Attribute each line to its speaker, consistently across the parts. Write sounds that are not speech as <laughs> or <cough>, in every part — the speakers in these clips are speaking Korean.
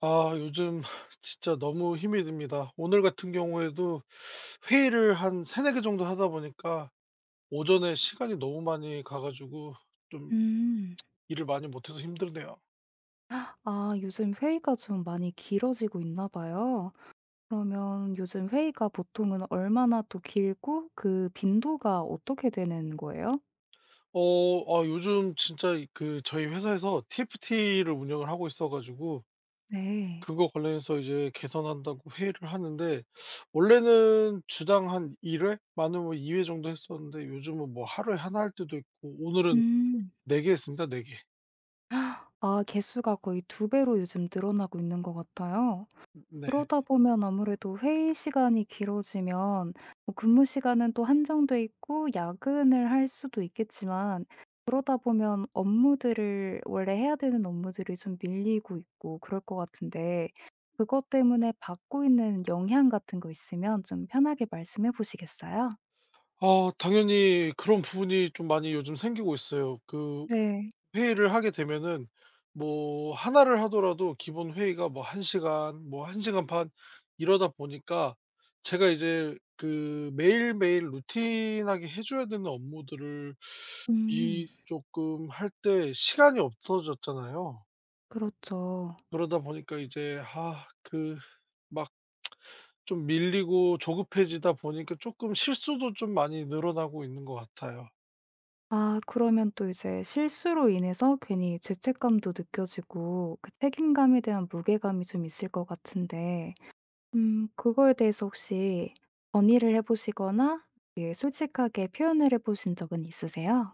Speaker 1: 요즘 <sighs> 진짜 너무 힘이 듭니다. 오늘 같은 경우에도 회의를 한 3-4개 정도 하다 보니까 오전에 시간이 너무 많이 가 가지고 좀
Speaker 2: 음.
Speaker 1: 일을 많이 못해서 힘들네요.
Speaker 2: 아 요즘 회의가 좀 많이 길어지고 있나 봐요. 그러면 요즘 회의가 보통은 얼마나 또 길고 그 빈도가 어떻게 되는 거예요?
Speaker 1: 요즘 진짜 이 그 저희 회사에서 TFT를 운영을 하고 있어 가지고
Speaker 2: 네.
Speaker 1: 그거 관련해서 이제 개선한다고 회의를 하는데 원래는 주당 한 1회 회 많으면 2회 정도 했었는데 요즘은 뭐 하루에 하나 할 때도 있고 오늘은
Speaker 2: 음.
Speaker 1: 4개 했습니다, 4개 개.
Speaker 2: 아 개수가 거의 두 배로 요즘 늘어나고 있는 것 같아요.
Speaker 1: 네.
Speaker 2: 그러다 보면 아무래도 회의 시간이 길어지면 뭐 근무 시간은 또 한정돼 있고 야근을 할 수도 있겠지만 그러다 보면 업무들을 원래 해야 되는 업무들이 좀 밀리고 있고 그럴 것 같은데 그것 때문에 받고 있는 영향 같은 거 있으면 좀 편하게 말씀해 보시겠어요?
Speaker 1: 당연히 그런 부분이 좀 많이 요즘 생기고 있어요.
Speaker 2: 네.
Speaker 1: 회의를 하게 되면은 뭐 하나를 하더라도 기본 회의가 뭐 1시간 시간 1시간 시간 반 이러다 보니까 제가 이제 그 매일매일 루틴하게 해 줘야 되는 업무들을
Speaker 2: 음,
Speaker 1: 이 조금 할 때 시간이 없어졌잖아요.
Speaker 2: 그렇죠.
Speaker 1: 그러다 보니까 막 좀 밀리고 조급해지다 보니까 조금 실수도 좀 많이 늘어나고 있는 것 같아요.
Speaker 2: 아 그러면 또 이제 실수로 인해서 괜히 죄책감도 느껴지고 그 책임감에 대한 무게감이 좀 있을 것 같은데 그거에 대해서 혹시 건의를 해 보시거나 예 솔직하게 표현을 해 보신 적은 있으세요?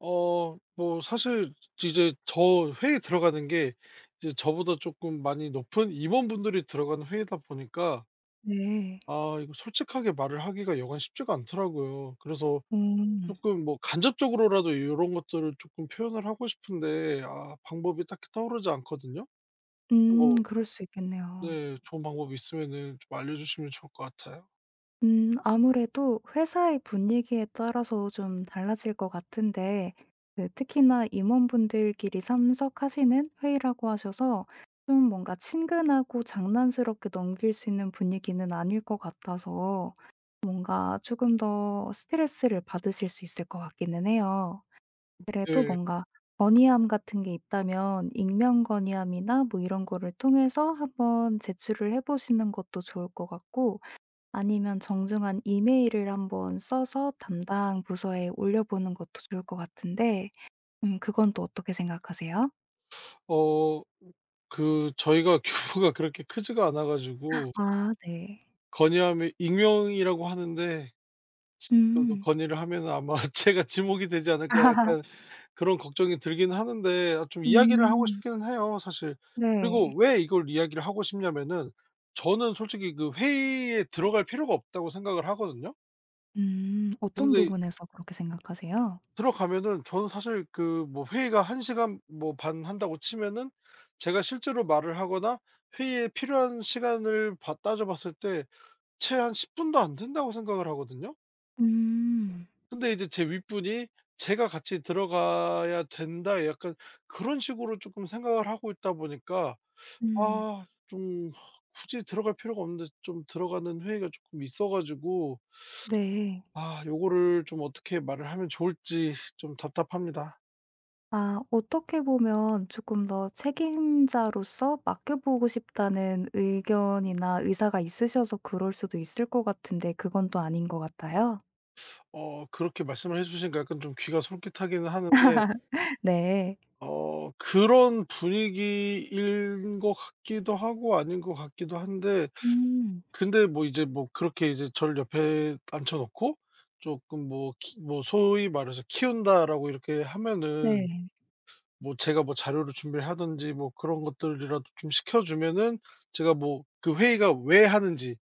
Speaker 1: 사실 이제 저 회에 들어가는 게 이제 저보다 조금 많이 높은 임원분들이 들어가는 회의다 보니까
Speaker 2: 네.
Speaker 1: 이거 솔직하게 말을 하기가 여간 쉽지가 않더라고요. 그래서
Speaker 2: 음.
Speaker 1: 조금 뭐 간접적으로라도 이런 것들을 조금 표현을 하고 싶은데 방법이 딱히 떠오르지 않거든요. 뭐
Speaker 2: 그럴 수 있겠네요.
Speaker 1: 네, 좋은 방법이 있으면은 좀 알려주시면 좋을 것 같아요.
Speaker 2: 아무래도 회사의 분위기에 따라서 좀 달라질 것 같은데 그 특히나 임원분들끼리 참석하시는 회의라고 하셔서 좀 뭔가 친근하고 장난스럽게 넘길 수 있는 분위기는 아닐 것 같아서 뭔가 조금 더 스트레스를 받으실 수 있을 것 같기는 해요. 그래도
Speaker 1: 예.
Speaker 2: 뭔가 건의함 같은 게 있다면 익명 건의함이나 뭐 이런 거를 통해서 한번 제출을 해 보시는 것도 좋을 것 같고 아니면 정중한 이메일을 한번 써서 담당 부서에 올려보는 것도 좋을 것 같은데 그건 또 어떻게 생각하세요?
Speaker 1: 어 저희가 <laughs> 규모가 그렇게 크지가 않아 가지고
Speaker 2: 아 네.
Speaker 1: 건의하면 익명이라고 하는데 그거
Speaker 2: 음.
Speaker 1: 건의를 하면은 아마 <laughs> 제가 지목이 되지 않을까
Speaker 2: <laughs>
Speaker 1: 약간 그런 걱정이 들긴 하는데, 좀 이야기를 하고
Speaker 2: 음.
Speaker 1: 싶기는 해요 사실.
Speaker 2: 네.
Speaker 1: 그리고 왜 이걸 이야기를 하고 싶냐면은 저는 솔직히 그 회의에 들어갈 필요가 없다고 생각을 하거든요.
Speaker 2: 음. 어떤
Speaker 1: 근데
Speaker 2: 부분에서 그렇게 생각하세요?
Speaker 1: 들어가면은 저는 사실 그 뭐 회의가 1시간 시간 뭐 반 한다고 치면은 제가 실제로 말을 하거나 회의에 필요한 시간을 봐 따져 봤을 때 채 한 10분 분도 안 된다고 생각을 하거든요.
Speaker 2: 음.
Speaker 1: 근데 이제 제 윗분이 제가 같이 들어가야 된다, 약간 그런 식으로 쪼끔 생각을 하고 있다 보니까,
Speaker 2: 음.
Speaker 1: 좀 굳이 들어갈 필요가 없는데 좀 들어가는 회의가 쪼끔 있어 가지고,
Speaker 2: 네.
Speaker 1: 요거를 좀 어떻게 말을 하면 좋을지 좀 답답합니다.
Speaker 2: 아 어떻게 보면 쪼끔 더 책임자로서 맡겨보고 싶다는 의견이나 의사가 있으셔서 그럴 수도 있을 것 같은데 그건 또 아닌 것 같아요.
Speaker 1: 그렇게 말씀을 해 주시니까 약간 좀 귀가 솔깃하기는 하는데,
Speaker 2: 네.
Speaker 1: 그런 분위기인 것 같기도 하고 아닌 것 같기도 한데,
Speaker 2: 음.
Speaker 1: 근데 그렇게 이제 저를 옆에 앉혀 놓고 조금 뭐 키 뭐 소위 말해서 "키운다."라고 이렇게 하면은
Speaker 2: 네.
Speaker 1: 뭐 제가 뭐 자료를 준비를 하든지 뭐 그런 것들이라도 좀 시켜 주면은 제가 뭐 그 회의가 왜 하는지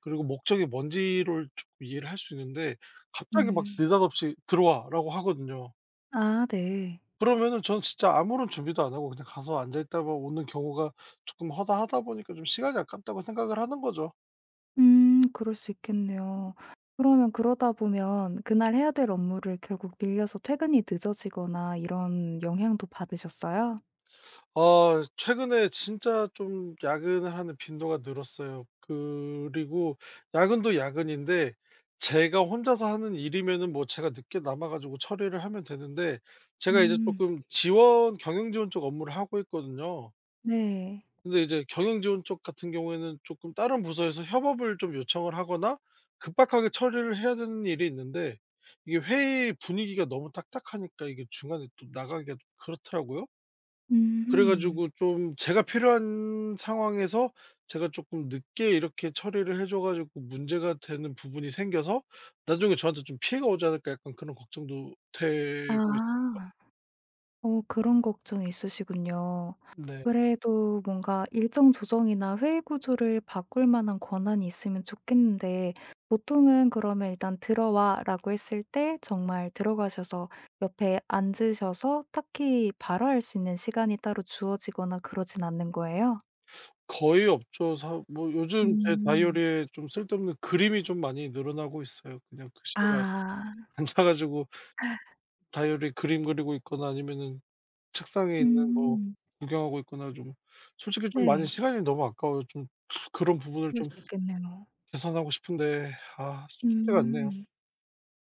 Speaker 1: 그리고 목적이 뭔지를 조금 이해를 할 수 있는데, 갑자기 막
Speaker 2: 음.
Speaker 1: 느닷없이 "들어와."라고 하거든요.
Speaker 2: 아 네.
Speaker 1: 그러면은 전 진짜 아무런 준비도 안 하고 그냥 가서 앉아 있다가 오는 경우가 조금 허다하다 보니까 좀 시간이 아깝다고 생각을 하는 거죠.
Speaker 2: 그럴 수 있겠네요. 그러면 그러다 보면 그날 해야 될 업무를 결국 밀려서 퇴근이 늦어지거나 이런 영향도 받으셨어요?
Speaker 1: 최근에 진짜 좀 야근을 하는 빈도가 늘었어요. 그리고 야근도 야근인데 제가 혼자서 하는 일이면은 뭐 제가 늦게 남아 가지고 처리를 하면 되는데, 제가 이제
Speaker 2: 음.
Speaker 1: 조금 지원 경영 지원 쪽 업무를 하고 있거든요.
Speaker 2: 네.
Speaker 1: 근데 이제 경영 지원 쪽 같은 경우에는 조금 다른 부서에서 협업을 좀 요청을 하거나 급박하게 처리를 해야 되는 일이 있는데, 이게 회의 분위기가 너무 딱딱하니까 이게 중간에 또 나가기가 좀 그렇더라고요. 그래
Speaker 2: 음.
Speaker 1: 가지고 좀 제가 필요한 상황에서 제가 조금 늦게 이렇게 처리를 해줘 가지고 문제가 되는 부분이 생겨서 나중에 저한테 좀 피해가 오지 않을까 약간 그런 걱정도 되고 있어요.
Speaker 2: 아. 어 그런 걱정이 있으시군요.
Speaker 1: 네.
Speaker 2: 그래도 뭔가 일정 조정이나 회의 구조를 바꿀 만한 권한이 있으면 좋겠는데 보통은 그러면 일단 "들어와."라고 했을 때 정말 들어가셔서 옆에 앉으셔서 딱히 발화할 수 있는 시간이 따로 주어지거나 그러진 않는 거예요?
Speaker 1: 거의 없죠. 사 뭐 요즘 제
Speaker 2: 음.
Speaker 1: 다이어리에 좀 쓸데없는 그림이 좀 많이 늘어나고 있어요. 그냥 글씨가
Speaker 2: 아.
Speaker 1: 앉아 가지고 다이어리 <laughs> 그림 그리고 있거나 아니면은 책상에 있는 거
Speaker 2: 음.
Speaker 1: 구경하고 있거나, 좀 솔직히 좀 많이
Speaker 2: 네.
Speaker 1: 시간이 너무 아까워요. 좀 그런 부분을
Speaker 2: 그럴
Speaker 1: 좀
Speaker 2: 수 있겠네요.
Speaker 1: 개선하고 싶은데 쉽지가 않네요.
Speaker 2: 음.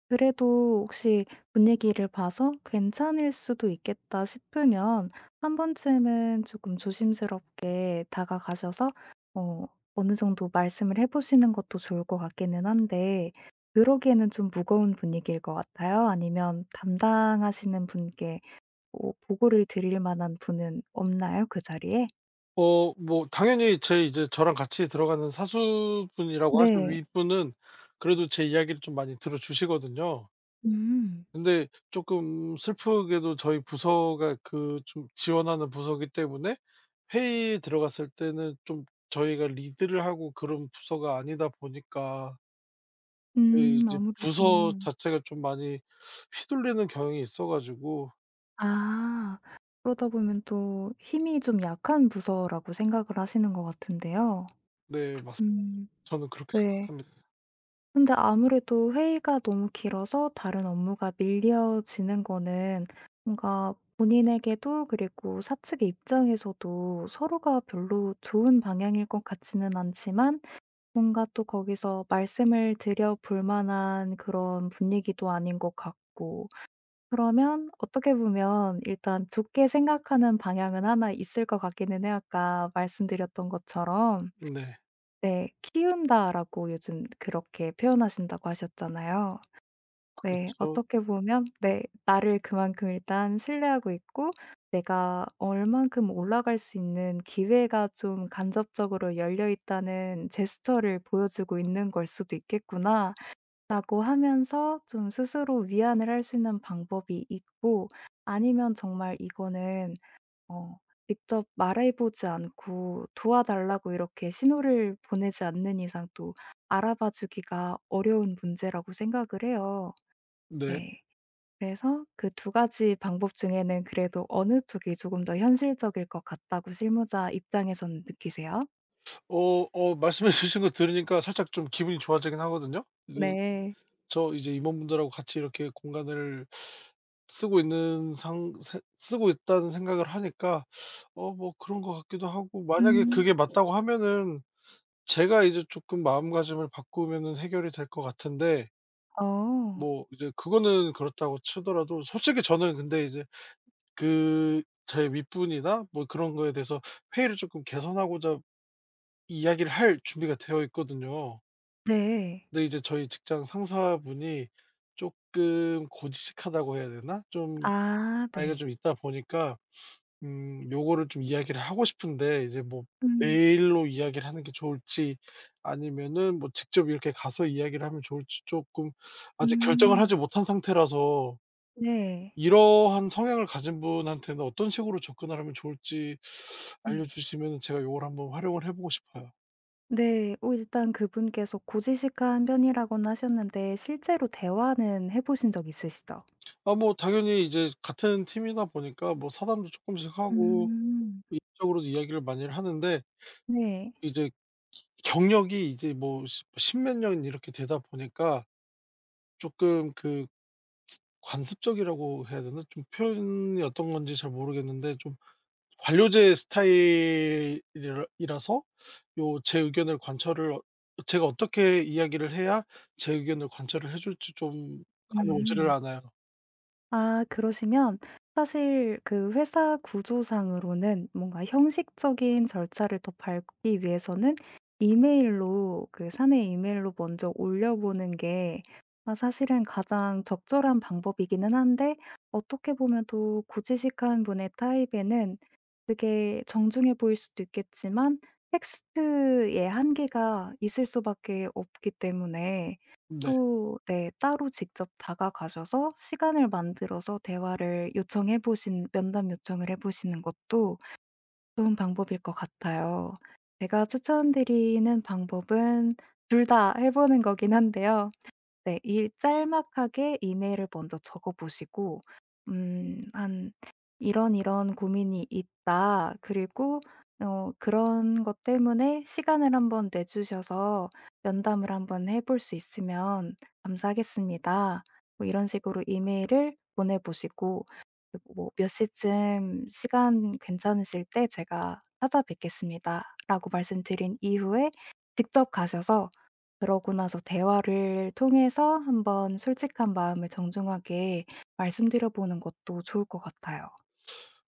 Speaker 2: 그래도 혹시 분위기를 봐서 '괜찮을 수도 있겠다.' 싶으면 한 번쯤은 조금 조심스럽게 다가가셔서 어 어느 정도 말씀을 해 보시는 것도 좋을 것 같기는 한데 그러기에는 좀 무거운 분위기일 것 같아요? 아니면 담당하시는 분께 어 보고를 드릴 만한 분은 없나요? 그 자리에?
Speaker 1: 당연히 제 이제 저랑 같이 들어가는 사수분이라고 하죠,
Speaker 2: 네.
Speaker 1: 윗분은. 그래도 제 이야기를 좀 많이 들어주시거든요.
Speaker 2: 음.
Speaker 1: 근데 쪼끔 슬프게도 저희 부서가 그 좀 지원하는 부서기 때문에 회의에 들어갔을 때는 좀 저희가 리드를 하고 그런 부서가 아니다 보니까 저희 이제
Speaker 2: 아무래도.
Speaker 1: 부서 자체가 좀 많이 휘둘리는 경향이 있어 가지고.
Speaker 2: 아. 그러다 보면 또 힘이 좀 약한 부서라고 생각을 하시는 것 같은데요.
Speaker 1: 네, 맞습니다.
Speaker 2: 음
Speaker 1: 저는 그렇게
Speaker 2: 네.
Speaker 1: 생각합니다.
Speaker 2: 근데 아무래도 회의가 너무 길어서 다른 업무가 밀려지는 거는 뭔가 본인에게도 그리고 사측의 입장에서도 서로가 별로 좋은 방향일 것 같지는 않지만 뭔가 또 거기서 말씀을 드려 볼 만한 그런 분위기도 아닌 것 같고 그러면 어떻게 보면 일단 좋게 생각하는 방향은 하나 있을 것 같기는 해요. 아까 말씀드렸던 것처럼
Speaker 1: 네.
Speaker 2: 네. 키운다라고 요즘 그렇게 표현하신다고 하셨잖아요. 네.
Speaker 1: 그쵸.
Speaker 2: 어떻게 보면 네. 나를 그만큼 일단 신뢰하고 있고 내가 얼만큼 올라갈 수 있는 기회가 좀 간접적으로 열려 있다는 제스처를 보여주고 있는 걸 수도 있겠구나. 라고 하면서 좀 스스로 위안을 할 수 있는 방법이 있고 아니면 정말 이거는 어 직접 말해 보지 않고 도와달라고 이렇게 신호를 보내지 않는 이상 또 알아봐 주기가 어려운 문제라고 생각을 해요.
Speaker 1: 네.
Speaker 2: 네. 그래서 그 두 가지 방법 중에는 그래도 어느 쪽이 조금 더 현실적일 것 같다고 실무자 입장에서는 느끼세요?
Speaker 1: 어 말씀해 주신 거 들으니까 살짝 좀 기분이 좋아지긴 하거든요.
Speaker 2: 네.
Speaker 1: 저 이제 임원분들하고 같이 이렇게 공간을 쓰고 있는 상 세- 쓰고 있다는 생각을 하니까 뭐 그런 것 같기도 하고, 만약에
Speaker 2: 음.
Speaker 1: 그게 맞다고 하면은 제가 이제 조금 마음가짐을 바꾸면은 해결이 될 것 같은데,
Speaker 2: 어.
Speaker 1: 뭐 이제 그거는 그렇다고 치더라도 솔직히 저는 근데 이제 그 제 윗분이나 뭐 그런 거에 대해서 회의를 조금 개선하고자 이야기를 할 준비가 되어 있거든요.
Speaker 2: 네.
Speaker 1: 근데 이제 저희 직장 상사분이 쪼끔 고지식하다고 해야 되나? 좀
Speaker 2: 아
Speaker 1: 나이가
Speaker 2: 네.
Speaker 1: 좀 있다 보니까, 요거를 좀 이야기를 하고 싶은데, 이제 뭐
Speaker 2: 음.
Speaker 1: 메일로 이야기를 하는 게 좋을지 아니면은 뭐 직접 이렇게 가서 이야기를 하면 좋을지 쪼끔 아직 결정을 하지
Speaker 2: 음.
Speaker 1: 못한 상태라서,
Speaker 2: 네.
Speaker 1: 이러한 성향을 가진 분한테는 어떤 식으로 접근을 하면 좋을지
Speaker 2: 음.
Speaker 1: 알려주시면은 제가 요걸 한번 활용을 해 보고 싶어요.
Speaker 2: 네. 어 일단 그분께서 고지식한 편이라고는 하셨는데 실제로 대화는 해 보신 적 있으시죠?
Speaker 1: 뭐 당연히 이제 같은 팀이다 보니까 뭐 사담도 쪼끔씩 하고
Speaker 2: 음.
Speaker 1: 이쪽으로도 이야기를 많이 하는데,
Speaker 2: 네.
Speaker 1: 이제 경력이 이제 뭐십 뭐 십몇 년 이렇게 되다 보니까 쪼끔 그 관습적이라고 해야 되나? 좀 표현이 어떤 건지 잘 모르겠는데 좀 관료제 스타일이라 이라서, 요 제 의견을 관철을 어 제가 어떻게 이야기를 해야 제 의견을 관철을 해 줄지 좀 감이 오지를
Speaker 2: 음.
Speaker 1: 않아요.
Speaker 2: 아 그러시면 사실 그 회사 구조상으로는 뭔가 형식적인 절차를 더 밟기 위해서는 이메일로 그 사내 이메일로 먼저 올려보는 게 아 사실은 가장 적절한 방법이기는 한데 어떻게 보면 또 고지식한 분의 타입에는 그게 정중해 보일 수도 있겠지만 텍스트의 한계가 있을 수밖에 없기 때문에
Speaker 1: 네.
Speaker 2: 또 네 따로 직접 다가가셔서 시간을 만들어서 대화를 요청해 보신 면담 요청을 해 보시는 것도 좋은 방법일 것 같아요. 제가 추천드리는 방법은 둘 다 해 보는 거긴 한데요. 네. 이 짤막하게 이메일을 먼저 적어 보시고 한 "이런 이런 고민이 있다. 그리고 어 그런 것 때문에 시간을 한번 내 주셔서 면담을 한번 해볼 수 있으면 감사하겠습니다." 뭐 이런 식으로 이메일을 보내 보시고 그 뭐 "몇 시쯤 시간 괜찮으실 때 제가 찾아뵙겠습니다."라고 말씀드린 이후에 직접 가셔서 그러고 나서 대화를 통해서 한번 솔직한 마음을 정중하게 말씀드려 보는 것도 좋을 것 같아요.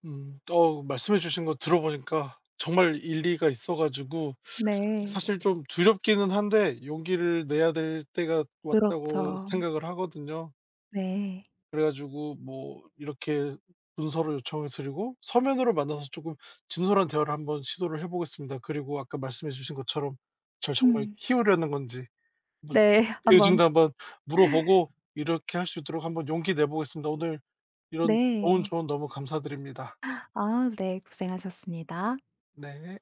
Speaker 1: 음. 말씀해 주신 거 들어보니까 정말 일리가 있어 가지고
Speaker 2: 네.
Speaker 1: 사실 좀 두렵기는 한데 용기를 내야 될 때가 왔다고
Speaker 2: 그렇죠.
Speaker 1: 생각을 하거든요.
Speaker 2: 네.
Speaker 1: 그래 가지고 뭐 이렇게 문서로 요청을 드리고 서면으로 만나서 조금 진솔한 대화를 한번 시도를 해 보겠습니다. 그리고 아까 말씀해 주신 것처럼 절 정말
Speaker 2: 음.
Speaker 1: 키우려는 건지 한번
Speaker 2: 네. <laughs>
Speaker 1: 그의
Speaker 2: 한번
Speaker 1: 도 한번 물어보고 이렇게 할 수 있도록 한번 용기 내 보겠습니다. 오늘 이런 좋은
Speaker 2: 네.
Speaker 1: 조언 너무 감사드립니다.
Speaker 2: 아 네. 고생하셨습니다.
Speaker 1: 네.